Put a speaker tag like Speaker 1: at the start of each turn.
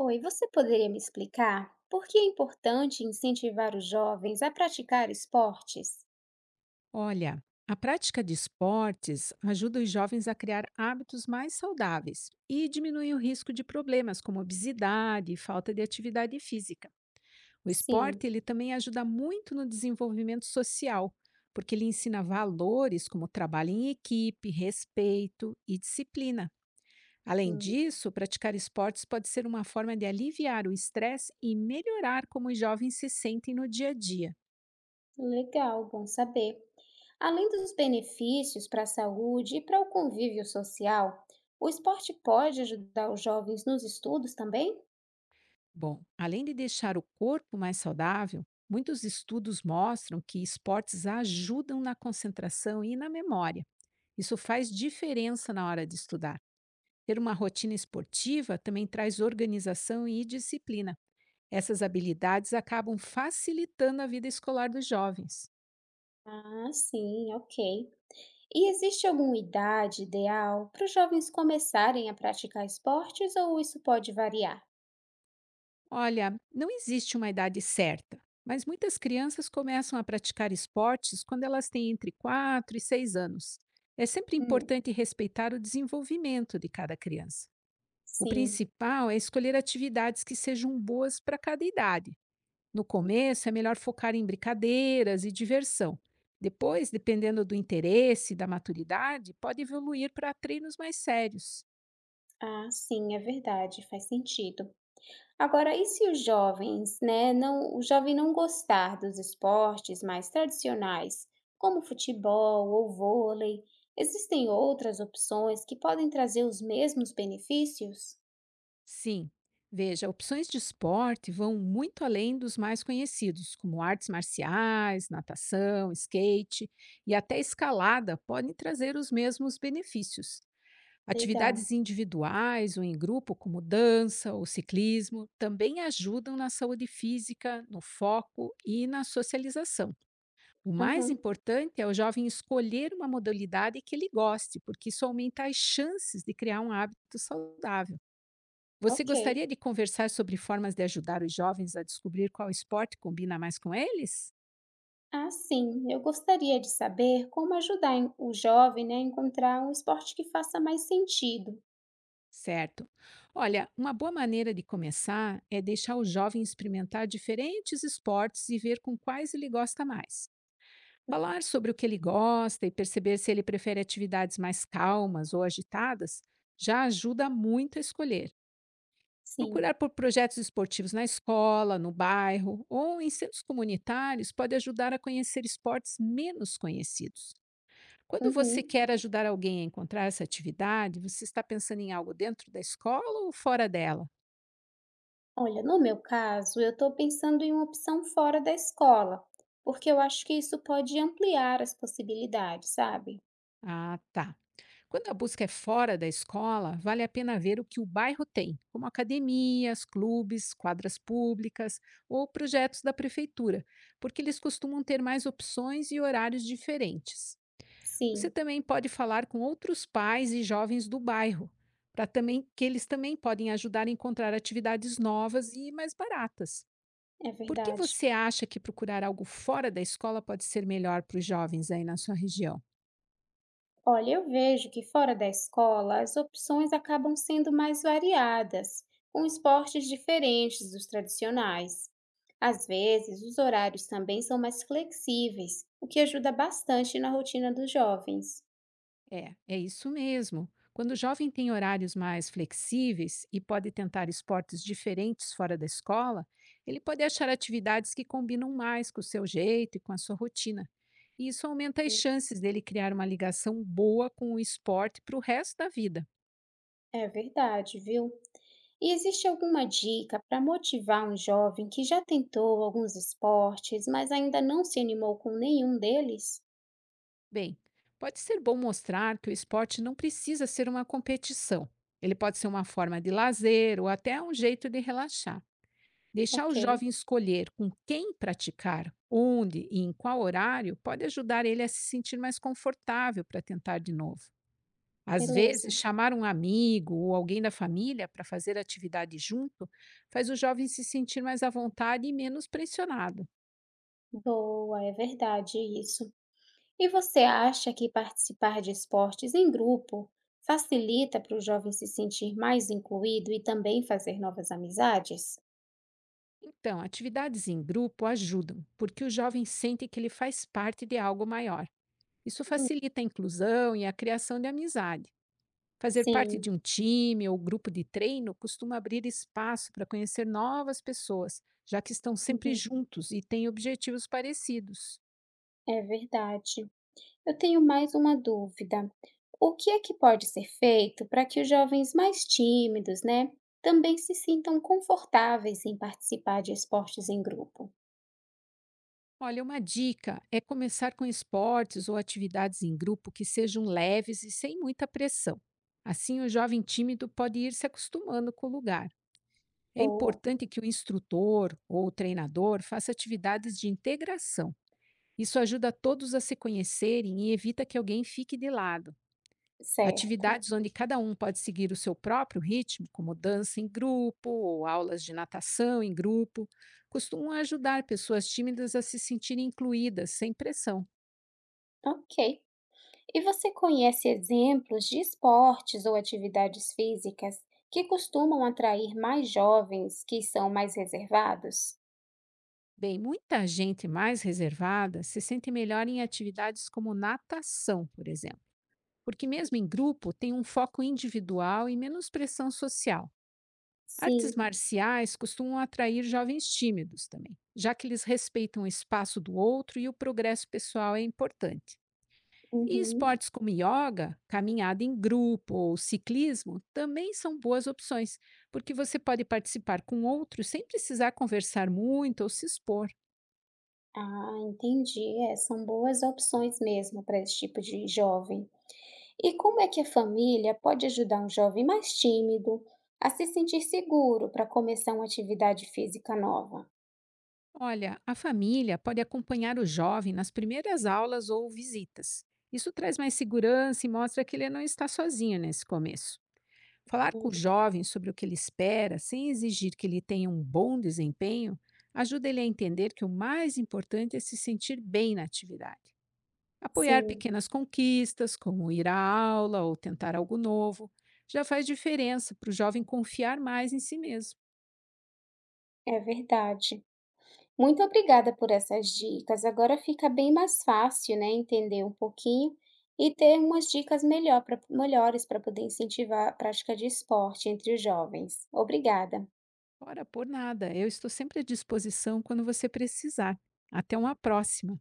Speaker 1: Oi, você poderia me explicar por que é importante incentivar os jovens a praticar esportes?
Speaker 2: Olha, a prática de esportes ajuda os jovens a criar hábitos mais saudáveis e diminui o risco de problemas como obesidade e falta de atividade física. O
Speaker 1: Sim,
Speaker 2: esporte ele também ajuda muito no desenvolvimento social, porque ele ensina valores como trabalho em equipe, respeito e disciplina. Além
Speaker 1: hum,
Speaker 2: disso, praticar esportes pode ser uma forma de aliviar o estresse e melhorar como os jovens se sentem no dia a dia.
Speaker 1: legal, bom saber. Além dos benefícios para a saúde e para o convívio social, o esporte pode ajudar os jovens nos estudos também?
Speaker 2: Bom, além de deixar o corpo mais saudável, muitos estudos mostram que esportes ajudam na concentração e na memória. Isso faz diferença na hora de estudar. Ter uma rotina esportiva também traz organização e disciplina. Essas habilidades acabam facilitando a vida escolar dos jovens.
Speaker 1: Ah, sim, ok. E existe alguma idade ideal para os jovens começarem a praticar esportes ou isso pode variar?
Speaker 2: Olha, não existe uma idade certa, mas muitas crianças começam a praticar esportes quando elas têm entre 4 e 6 anos. É sempre
Speaker 1: Hum,
Speaker 2: importante respeitar o desenvolvimento de cada criança. O
Speaker 1: sim,
Speaker 2: principal é escolher atividades que sejam boas para cada idade. No começo, é melhor focar em brincadeiras e diversão. Depois, dependendo do interesse e da maturidade, pode evoluir para treinos mais sérios.
Speaker 1: ah, sim, é verdade, faz sentido. Agora, e se os jovens, né, o jovem não gostar dos esportes mais tradicionais, como futebol ou vôlei, existem outras opções que podem trazer os mesmos benefícios?
Speaker 2: Sim. Veja, opções de esporte vão muito além dos mais conhecidos, como artes marciais, natação, skate e até escalada podem trazer os mesmos benefícios.
Speaker 1: Legal.
Speaker 2: Atividades individuais ou em grupo, como dança ou ciclismo, também ajudam na saúde física, no foco e na socialização. O mais
Speaker 1: Aham,
Speaker 2: importante é o jovem escolher uma modalidade que ele goste, porque isso aumenta as chances de criar um hábito saudável. Você
Speaker 1: ok.
Speaker 2: gostaria de conversar sobre formas de ajudar os jovens a descobrir qual esporte combina mais com eles?
Speaker 1: Ah, sim, eu gostaria de saber como ajudar o jovem, né, a encontrar um esporte que faça mais sentido.
Speaker 2: Certo. Olha, uma boa maneira de começar é deixar o jovem experimentar diferentes esportes e ver com quais ele gosta mais. Falar sobre o que ele gosta e perceber se ele prefere atividades mais calmas ou agitadas já ajuda muito a escolher.
Speaker 1: Sim.
Speaker 2: Procurar por projetos esportivos na escola, no bairro ou em centros comunitários pode ajudar a conhecer esportes menos conhecidos. Quando você
Speaker 1: Uhum.
Speaker 2: quer ajudar alguém a encontrar essa atividade, você está pensando em algo dentro da escola ou fora dela?
Speaker 1: Olha, no meu caso, eu estou pensando em uma opção fora da escola, porque eu acho que isso pode ampliar as possibilidades, sabe?
Speaker 2: Ah, tá. Quando a busca é fora da escola, vale a pena ver o que o bairro tem, como academias, clubes, quadras públicas ou projetos da prefeitura, porque eles costumam ter mais opções e horários diferentes. Você
Speaker 1: Sim,
Speaker 2: também pode falar com outros pais e jovens do bairro, para também que eles também podem ajudar a encontrar atividades novas e mais baratas.
Speaker 1: é
Speaker 2: Por que
Speaker 1: verdade.
Speaker 2: você acha que procurar algo fora da escola pode ser melhor para os jovens aí na sua região?
Speaker 1: Olha, eu vejo que fora da escola as opções acabam sendo mais variadas, com esportes diferentes dos tradicionais. Às vezes, os horários também são mais flexíveis, o que ajuda bastante na rotina dos jovens.
Speaker 2: É, é isso mesmo. Quando o jovem tem horários mais flexíveis e pode tentar esportes diferentes fora da escola, ele pode achar atividades que combinam mais com o seu jeito e com a sua rotina. E isso aumenta as chances dele criar uma ligação boa com o esporte para o resto da vida.
Speaker 1: É verdade, viu? E existe alguma dica para motivar um jovem que já tentou alguns esportes, mas ainda não se animou com nenhum deles?
Speaker 2: Bem, pode ser bom mostrar que o esporte não precisa ser uma competição. Ele pode ser uma forma de lazer ou até um jeito de relaxar. Deixar o
Speaker 1: Ok,
Speaker 2: jovem escolher com quem praticar, onde e em qual horário pode ajudar ele a se sentir mais confortável para tentar de novo. Às vezes,
Speaker 1: beleza.
Speaker 2: chamar um amigo ou alguém da família para fazer atividade junto faz o jovem se sentir mais à vontade e menos pressionado.
Speaker 1: Boa, é verdade isso. E você acha que participar de esportes em grupo facilita para o jovem se sentir mais incluído e também fazer novas amizades?
Speaker 2: Então, atividades em grupo ajudam, porque o jovem sente que ele faz parte de algo maior. Isso
Speaker 1: Hum,
Speaker 2: facilita a inclusão e a criação de amizade. Fazer parte de
Speaker 1: Sim,
Speaker 2: um time ou grupo de treino costuma abrir espaço para conhecer novas pessoas, já que estão sempre
Speaker 1: uhum,
Speaker 2: juntos e têm objetivos parecidos.
Speaker 1: é verdade. Eu tenho mais uma dúvida. O que é que pode ser feito para que os jovens mais tímidos, né, também se sintam confortáveis em participar de esportes em grupo?
Speaker 2: Olha, uma dica é começar com esportes ou atividades em grupo que sejam leves e sem muita pressão. Assim, o jovem tímido pode ir se acostumando com o lugar. É
Speaker 1: Boa,
Speaker 2: importante que o instrutor ou o treinador faça atividades de integração. Isso ajuda todos a se conhecerem e evita que alguém fique de lado.
Speaker 1: certo.
Speaker 2: Atividades onde cada um pode seguir o seu próprio ritmo, como dança em grupo ou aulas de natação em grupo, costumam ajudar pessoas tímidas a se sentirem incluídas sem pressão.
Speaker 1: Ok. E você conhece exemplos de esportes ou atividades físicas que costumam atrair mais jovens que são mais reservados?
Speaker 2: Bem, muita gente mais reservada se sente melhor em atividades como natação, por exemplo porque mesmo em grupo tem um foco individual e menos pressão social. Artes
Speaker 1: Sim.
Speaker 2: marciais costumam atrair jovens tímidos também, já que eles respeitam o espaço do outro e o progresso pessoal é importante. E
Speaker 1: Uhum.
Speaker 2: esportes como yoga, caminhada em grupo ou ciclismo também são boas opções, porque você pode participar com outros sem precisar conversar muito ou se expor.
Speaker 1: Ah, entendi. É, são boas opções mesmo para esse tipo de jovem. E como é que a família pode ajudar um jovem mais tímido a se sentir seguro para começar uma atividade física nova?
Speaker 2: Olha, a família pode acompanhar o jovem nas primeiras aulas ou visitas. Isso traz mais segurança e mostra que ele não está sozinho nesse começo. Falar com o
Speaker 1: Hum,
Speaker 2: jovem sobre o que ele espera, sem exigir que ele tenha um bom desempenho, ajuda ele a entender que o mais importante é se sentir bem na atividade. Apoiar
Speaker 1: Sim,
Speaker 2: pequenas conquistas, como ir à aula ou tentar algo novo, já faz diferença para o jovem confiar mais em si mesmo.
Speaker 1: é verdade. Muito obrigada por essas dicas. Agora fica bem mais fácil, né, entender um pouquinho e ter umas dicas melhores para poder incentivar a prática de esporte entre os jovens. Obrigada.
Speaker 2: Ora, por nada. Eu estou sempre à disposição quando você precisar. Até uma próxima.